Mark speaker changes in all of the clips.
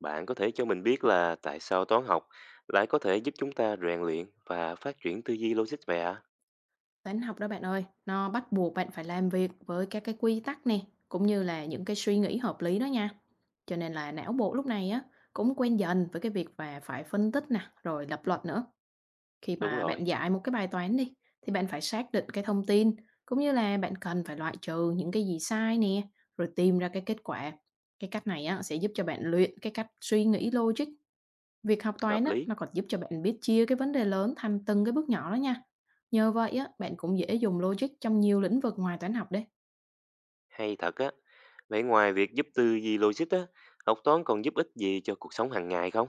Speaker 1: Bạn có thể cho mình biết là tại sao toán học lại có thể giúp chúng ta rèn luyện và phát triển tư duy logic vậy ạ?
Speaker 2: Toán học đó bạn ơi, nó bắt buộc bạn phải làm việc với các cái quy tắc nè, cũng như là những cái suy nghĩ hợp lý đó nha. Cho nên là não bộ lúc này á cũng quen dần với cái việc và phải phân tích nè, rồi lập luận nữa. Khi
Speaker 1: Đúng
Speaker 2: mà bạn
Speaker 1: rồi,
Speaker 2: giải một cái bài toán đi thì bạn phải xác định cái thông tin, cũng như là bạn cần phải loại trừ những cái gì sai nè, rồi tìm ra cái kết quả. Cái cách này á sẽ giúp cho bạn luyện cái cách suy nghĩ logic. Việc học toán
Speaker 1: hợp
Speaker 2: á
Speaker 1: lý,
Speaker 2: nó còn giúp cho bạn biết chia cái vấn đề lớn thành từng cái bước nhỏ đó nha. Nhờ vậy á, bạn cũng dễ dùng logic trong nhiều lĩnh vực ngoài toán học đấy.
Speaker 1: hay thật á. Vậy ngoài việc giúp tư duy logic á, học toán còn giúp ích gì cho cuộc sống hàng ngày không?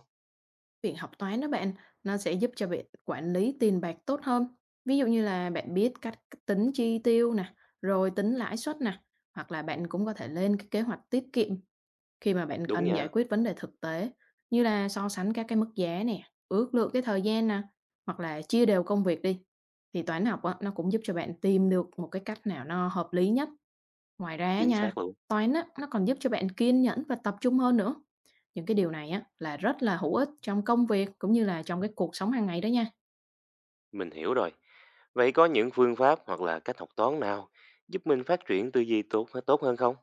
Speaker 2: Việc học toán đó bạn, nó sẽ giúp cho bạn quản lý tiền bạc tốt hơn. Ví dụ như là bạn biết cách tính chi tiêu nè, rồi tính lãi suất nè, hoặc là bạn cũng có thể lên cái kế hoạch tiết kiệm khi mà bạn
Speaker 1: Đúng
Speaker 2: cần
Speaker 1: nha,
Speaker 2: giải quyết vấn đề thực tế, như là so sánh các cái mức giá nè, ước lượng cái thời gian nè, hoặc là chia đều công việc đi. Thì toán học á, nó cũng giúp cho bạn tìm được một cái cách nào nó hợp lý nhất. Ngoài ra á
Speaker 1: chính
Speaker 2: nha,
Speaker 1: xác luôn.
Speaker 2: toán á, nó còn giúp cho bạn kiên nhẫn và tập trung hơn nữa. Những cái điều này á, là rất là hữu ích trong công việc cũng như là trong cái cuộc sống hàng ngày đó nha.
Speaker 1: Mình hiểu rồi. Vậy có những phương pháp hoặc là cách học toán nào giúp mình phát triển tư duy tốt tốt hơn không?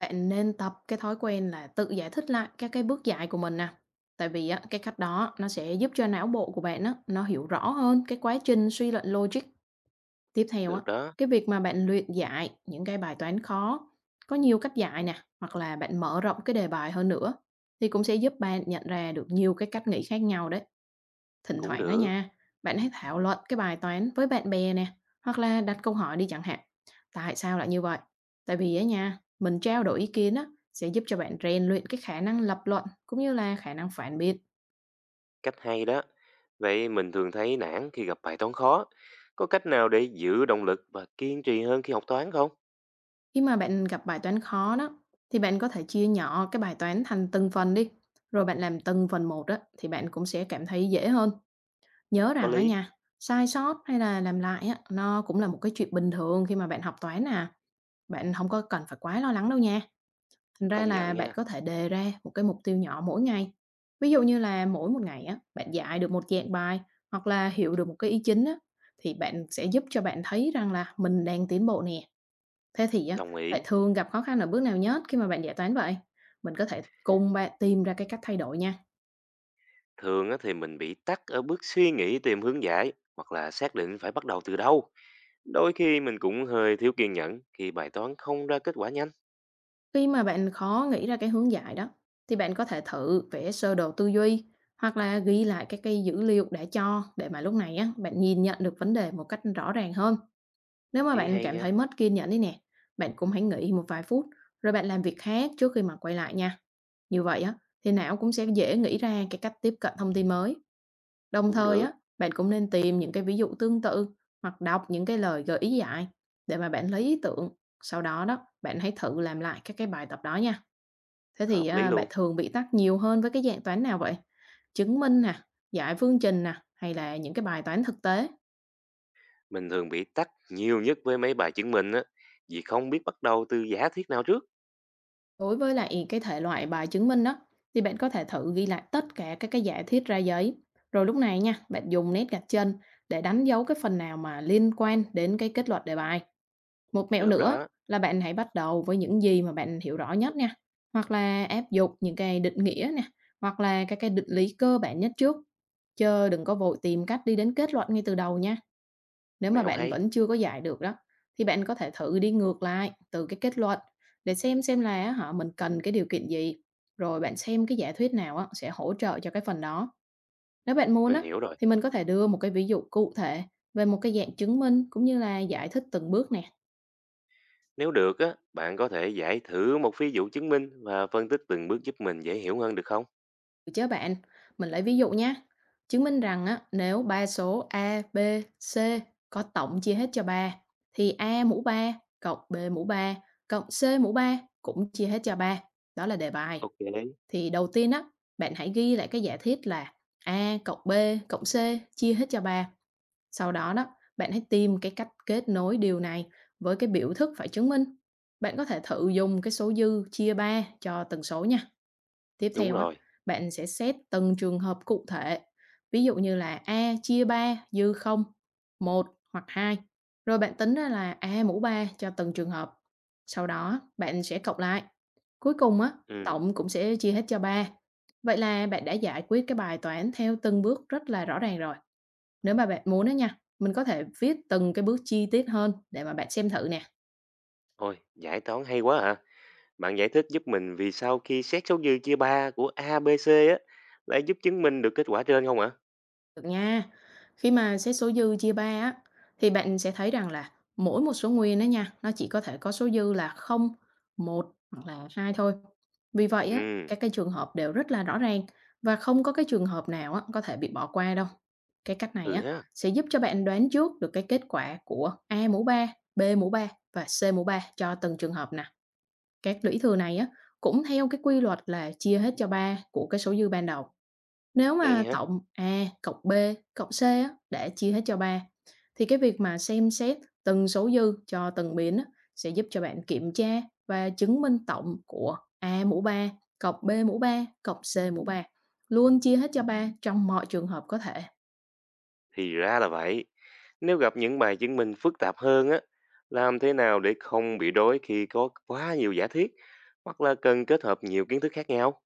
Speaker 2: Bạn nên tập cái thói quen là tự giải thích lại các cái bước giải của mình nè. Tại vì á, cái cách đó nó sẽ giúp cho não bộ của bạn á, nó hiểu rõ hơn cái quá trình suy luận logic. Tiếp theo á,
Speaker 1: Được đó,
Speaker 2: cái việc mà bạn luyện giải những cái bài toán khó, có nhiều cách giải nè, hoặc là bạn mở rộng cái đề bài hơn nữa, thì cũng sẽ giúp bạn nhận ra được nhiều cái cách nghĩ khác nhau đấy. Thỉnh
Speaker 1: cũng
Speaker 2: thoảng á
Speaker 1: được.
Speaker 2: nha, bạn hãy thảo luận cái bài toán với bạn bè nè, hoặc là đặt câu hỏi đi chẳng hạn. Tại sao lại như vậy? Tại vì á nha, mình trao đổi ý kiến á, sẽ giúp cho bạn rèn luyện cái khả năng lập luận cũng như là khả năng phản biện.
Speaker 1: Cách hay đó. Vậy mình thường thấy nản khi gặp bài toán khó. Có cách nào để giữ động lực và kiên trì hơn khi học toán không?
Speaker 2: Khi mà bạn gặp bài toán khó đó, thì bạn có thể chia nhỏ cái bài toán thành từng phần đi. Rồi bạn làm từng phần một á, thì bạn cũng sẽ cảm thấy dễ hơn. Nhớ
Speaker 1: Có
Speaker 2: rằng á
Speaker 1: lý.
Speaker 2: nha, sai sót hay là làm lại á, nó cũng là một cái chuyện bình thường khi mà bạn học toán à. Bạn không có cần phải quá lo lắng đâu nha. Thành ra
Speaker 1: Công
Speaker 2: là
Speaker 1: nhận
Speaker 2: bạn
Speaker 1: nha.
Speaker 2: có thể đề ra một cái mục tiêu nhỏ mỗi ngày. Ví dụ như là mỗi một ngày á, bạn giải được một dạng bài, hoặc là hiểu được một cái ý chính á, thì bạn sẽ giúp cho bạn thấy rằng là mình đang tiến bộ nè. Thế thì á,
Speaker 1: Đồng
Speaker 2: bạn
Speaker 1: ý.
Speaker 2: thường gặp khó khăn ở bước nào nhất khi mà bạn giải toán vậy? Mình có thể cùng bạn tìm ra cái cách thay đổi nha.
Speaker 1: Thường á thì mình bị tắc ở bước suy nghĩ tìm hướng giải hoặc là xác định phải bắt đầu từ đâu. Đôi khi mình cũng hơi thiếu kiên nhẫn khi bài toán không ra kết quả nhanh.
Speaker 2: Khi mà bạn khó nghĩ ra cái hướng giải đó, thì bạn có thể thử vẽ sơ đồ tư duy, hoặc là ghi lại các cái dữ liệu đã cho, để mà lúc này á, bạn nhìn nhận được vấn đề một cách rõ ràng hơn. Nếu mà
Speaker 1: Ý
Speaker 2: bạn
Speaker 1: hay
Speaker 2: cảm
Speaker 1: nha.
Speaker 2: thấy mất kiên nhẫn đi nè, bạn cũng hãy nghỉ một vài phút, rồi bạn làm việc khác trước khi mà quay lại nha. Như vậy á thì não cũng sẽ dễ nghĩ ra cái cách tiếp cận thông tin mới. Đồng
Speaker 1: Cũng
Speaker 2: thời á,
Speaker 1: được.
Speaker 2: bạn cũng nên tìm những cái ví dụ tương tự, hoặc đọc những cái lời gợi ý giải để mà bạn lấy ý tưởng. Sau đó đó, bạn hãy thử làm lại các cái bài tập đó nha. Thế thì
Speaker 1: Hợp lý
Speaker 2: à, bạn
Speaker 1: luôn.
Speaker 2: thường bị tắc nhiều hơn với cái dạng toán nào vậy? Chứng minh nè, giải phương trình nè, hay là những cái bài toán thực tế?
Speaker 1: Mình thường bị tắc nhiều nhất với mấy bài chứng minh á. Vì không biết bắt đầu từ giả thiết nào trước.
Speaker 2: Đối với lại cái thể loại bài chứng minh đó, thì bạn có thể thử ghi lại tất cả các cái giả thiết ra giấy. Rồi lúc này nha, bạn dùng nét gạch chân để đánh dấu cái phần nào mà liên quan đến cái kết luận đề bài. Một mẹo
Speaker 1: Được
Speaker 2: nữa
Speaker 1: đó.
Speaker 2: là bạn hãy bắt đầu với những gì mà bạn hiểu rõ nhất nha, hoặc là áp dụng những cái định nghĩa nè, hoặc là các cái định lý cơ bản nhất trước. Chớ đừng có vội tìm cách đi đến kết luận ngay từ đầu nha. Nếu mà
Speaker 1: Mẹo
Speaker 2: bạn
Speaker 1: hay.
Speaker 2: vẫn chưa có giải được đó, thì bạn có thể thử đi ngược lại từ cái kết luận, để xem là á hả, mình cần cái điều kiện gì, rồi bạn xem cái giả thuyết nào á sẽ hỗ trợ cho cái phần đó. Nếu bạn muốn
Speaker 1: Mình
Speaker 2: á,
Speaker 1: hiểu rồi.
Speaker 2: thì mình có thể đưa một cái ví dụ cụ thể về một cái dạng chứng minh, cũng như là giải thích từng bước nè.
Speaker 1: Nếu được á, bạn có thể giải thử một ví dụ chứng minh và phân tích từng bước giúp mình dễ hiểu hơn được không?
Speaker 2: Chứ bạn, mình lấy ví dụ nhé. Chứng minh rằng á, nếu ba số A, B, C có tổng chia hết cho ba, thì A mũ 3 cộng B mũ 3 cộng C mũ 3 cũng chia hết cho ba. Đó là đề bài.
Speaker 1: Ok.
Speaker 2: Thì đầu tiên á, bạn hãy ghi lại cái giả thiết là A cộng B cộng C chia hết cho ba. Sau đó đó, bạn hãy tìm cái cách kết nối điều này với cái biểu thức phải chứng minh. Bạn có thể thử dùng cái số dư chia 3 cho từng số nha. Tiếp
Speaker 1: Đúng
Speaker 2: theo á,
Speaker 1: rồi.
Speaker 2: bạn sẽ xét từng trường hợp cụ thể, ví dụ như là A chia 3 dư không, một hoặc hai, rồi bạn tính ra là A mũ 3 cho từng trường hợp. Sau đó bạn sẽ cộng lại. Cuối cùng á,
Speaker 1: Ừ.
Speaker 2: tổng cũng sẽ chia hết cho ba. Vậy là bạn đã giải quyết cái bài toán theo từng bước rất là rõ ràng rồi. Nếu mà bạn muốn đó nha, mình có thể viết từng cái bước chi tiết hơn để mà bạn xem thử nè.
Speaker 1: Ôi, giải toán hay quá hả? Bạn giải thích giúp mình vì sao khi xét số dư chia 3 của A, B, C á, lại giúp chứng minh được kết quả trên không ạ?
Speaker 2: Được nha. Khi mà xét số dư chia ba á, thì bạn sẽ thấy rằng là mỗi một số nguyên đó nha, nó chỉ có thể có số dư là không, một, hoặc là 2 thôi. Vì vậy á,
Speaker 1: Ừ.
Speaker 2: các cái trường hợp đều rất là rõ ràng, và không có cái trường hợp nào á có thể bị bỏ qua đâu. Cái cách này
Speaker 1: Ừ
Speaker 2: á
Speaker 1: ha.
Speaker 2: sẽ giúp cho bạn đoán trước được cái kết quả của A mũ 3, B mũ 3 và C mũ 3 cho từng trường hợp nè. Các lũy thừa này á cũng theo cái quy luật là chia hết cho 3 của cái số dư ban đầu. Nếu
Speaker 1: Vậy
Speaker 2: mà
Speaker 1: hả?
Speaker 2: tổng A cộng B cộng C á, để chia hết cho 3, thì cái việc mà xem xét từng số dư cho từng biến á, sẽ giúp cho bạn kiểm tra và chứng minh tổng của A mũ 3 cộng B mũ 3 cộng C mũ 3 luôn chia hết cho 3 trong mọi trường hợp có thể.
Speaker 1: Thì ra là vậy. Nếu gặp những bài chứng minh phức tạp hơn á, làm thế nào để không bị rối khi có quá nhiều giả thiết hoặc là cần kết hợp nhiều kiến thức khác nhau?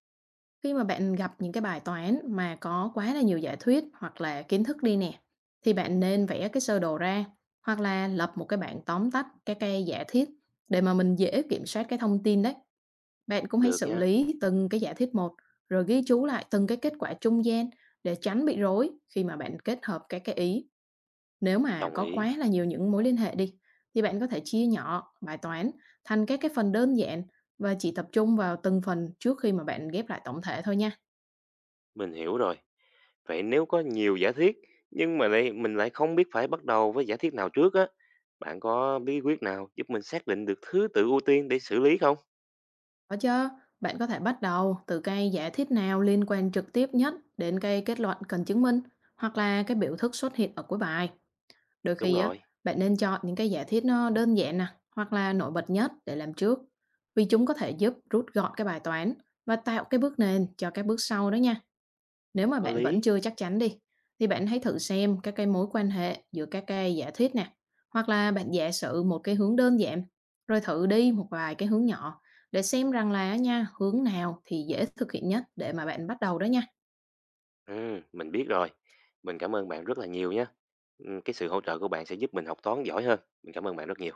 Speaker 2: Khi mà bạn gặp những cái bài toán mà có quá là nhiều giả thuyết hoặc là kiến thức đi nè, thì bạn nên vẽ cái sơ đồ ra, hoặc là lập một cái bảng tóm tắt các cái giả thiết, để mà mình dễ kiểm soát cái thông tin đấy. Bạn cũng hãy
Speaker 1: Được
Speaker 2: xử
Speaker 1: nha.
Speaker 2: lý từng cái giả thuyết một, rồi ghi chú lại từng cái kết quả trung gian để tránh bị rối khi mà bạn kết hợp các cái ý. Nếu mà
Speaker 1: Đồng
Speaker 2: có
Speaker 1: ý.
Speaker 2: quá là nhiều những mối liên hệ đi, thì bạn có thể chia nhỏ bài toán thành các cái phần đơn giản, và chỉ tập trung vào từng phần trước khi mà bạn ghép lại tổng thể thôi nha.
Speaker 1: Mình hiểu rồi. Vậy nếu có nhiều giả thuyết nhưng mà mình lại không biết phải bắt đầu với giả thuyết nào trước á, bạn có bí quyết nào giúp mình xác định được thứ tự ưu tiên để xử lý không?
Speaker 2: Có chứ, bạn có thể bắt đầu từ cái giả thiết nào liên quan trực tiếp nhất đến cái kết luận cần chứng minh, hoặc là cái biểu thức xuất hiện ở cuối bài. Đôi
Speaker 1: Đúng
Speaker 2: khi á,
Speaker 1: rồi,
Speaker 2: bạn nên chọn những cái giả thiết nó đơn giản nè, hoặc là nổi bật nhất để làm trước, vì chúng có thể giúp rút gọn cái bài toán và tạo cái bước nền cho các bước sau đó nha. Nếu mà
Speaker 1: có
Speaker 2: bạn vẫn
Speaker 1: lý.
Speaker 2: chưa chắc chắn đi, thì bạn hãy thử xem các cái mối quan hệ giữa các cái giả thuyết nè, hoặc là bạn giả sử một cái hướng đơn giản, rồi thử đi một vài cái hướng nhỏ để xem rằng là á nha, hướng nào thì dễ thực hiện nhất để mà bạn bắt đầu đó nha.
Speaker 1: Ừ, mình biết rồi. Mình cảm ơn bạn rất là nhiều nha. Ừ, cái sự hỗ trợ của bạn sẽ giúp mình học toán giỏi hơn. Mình cảm ơn bạn rất nhiều.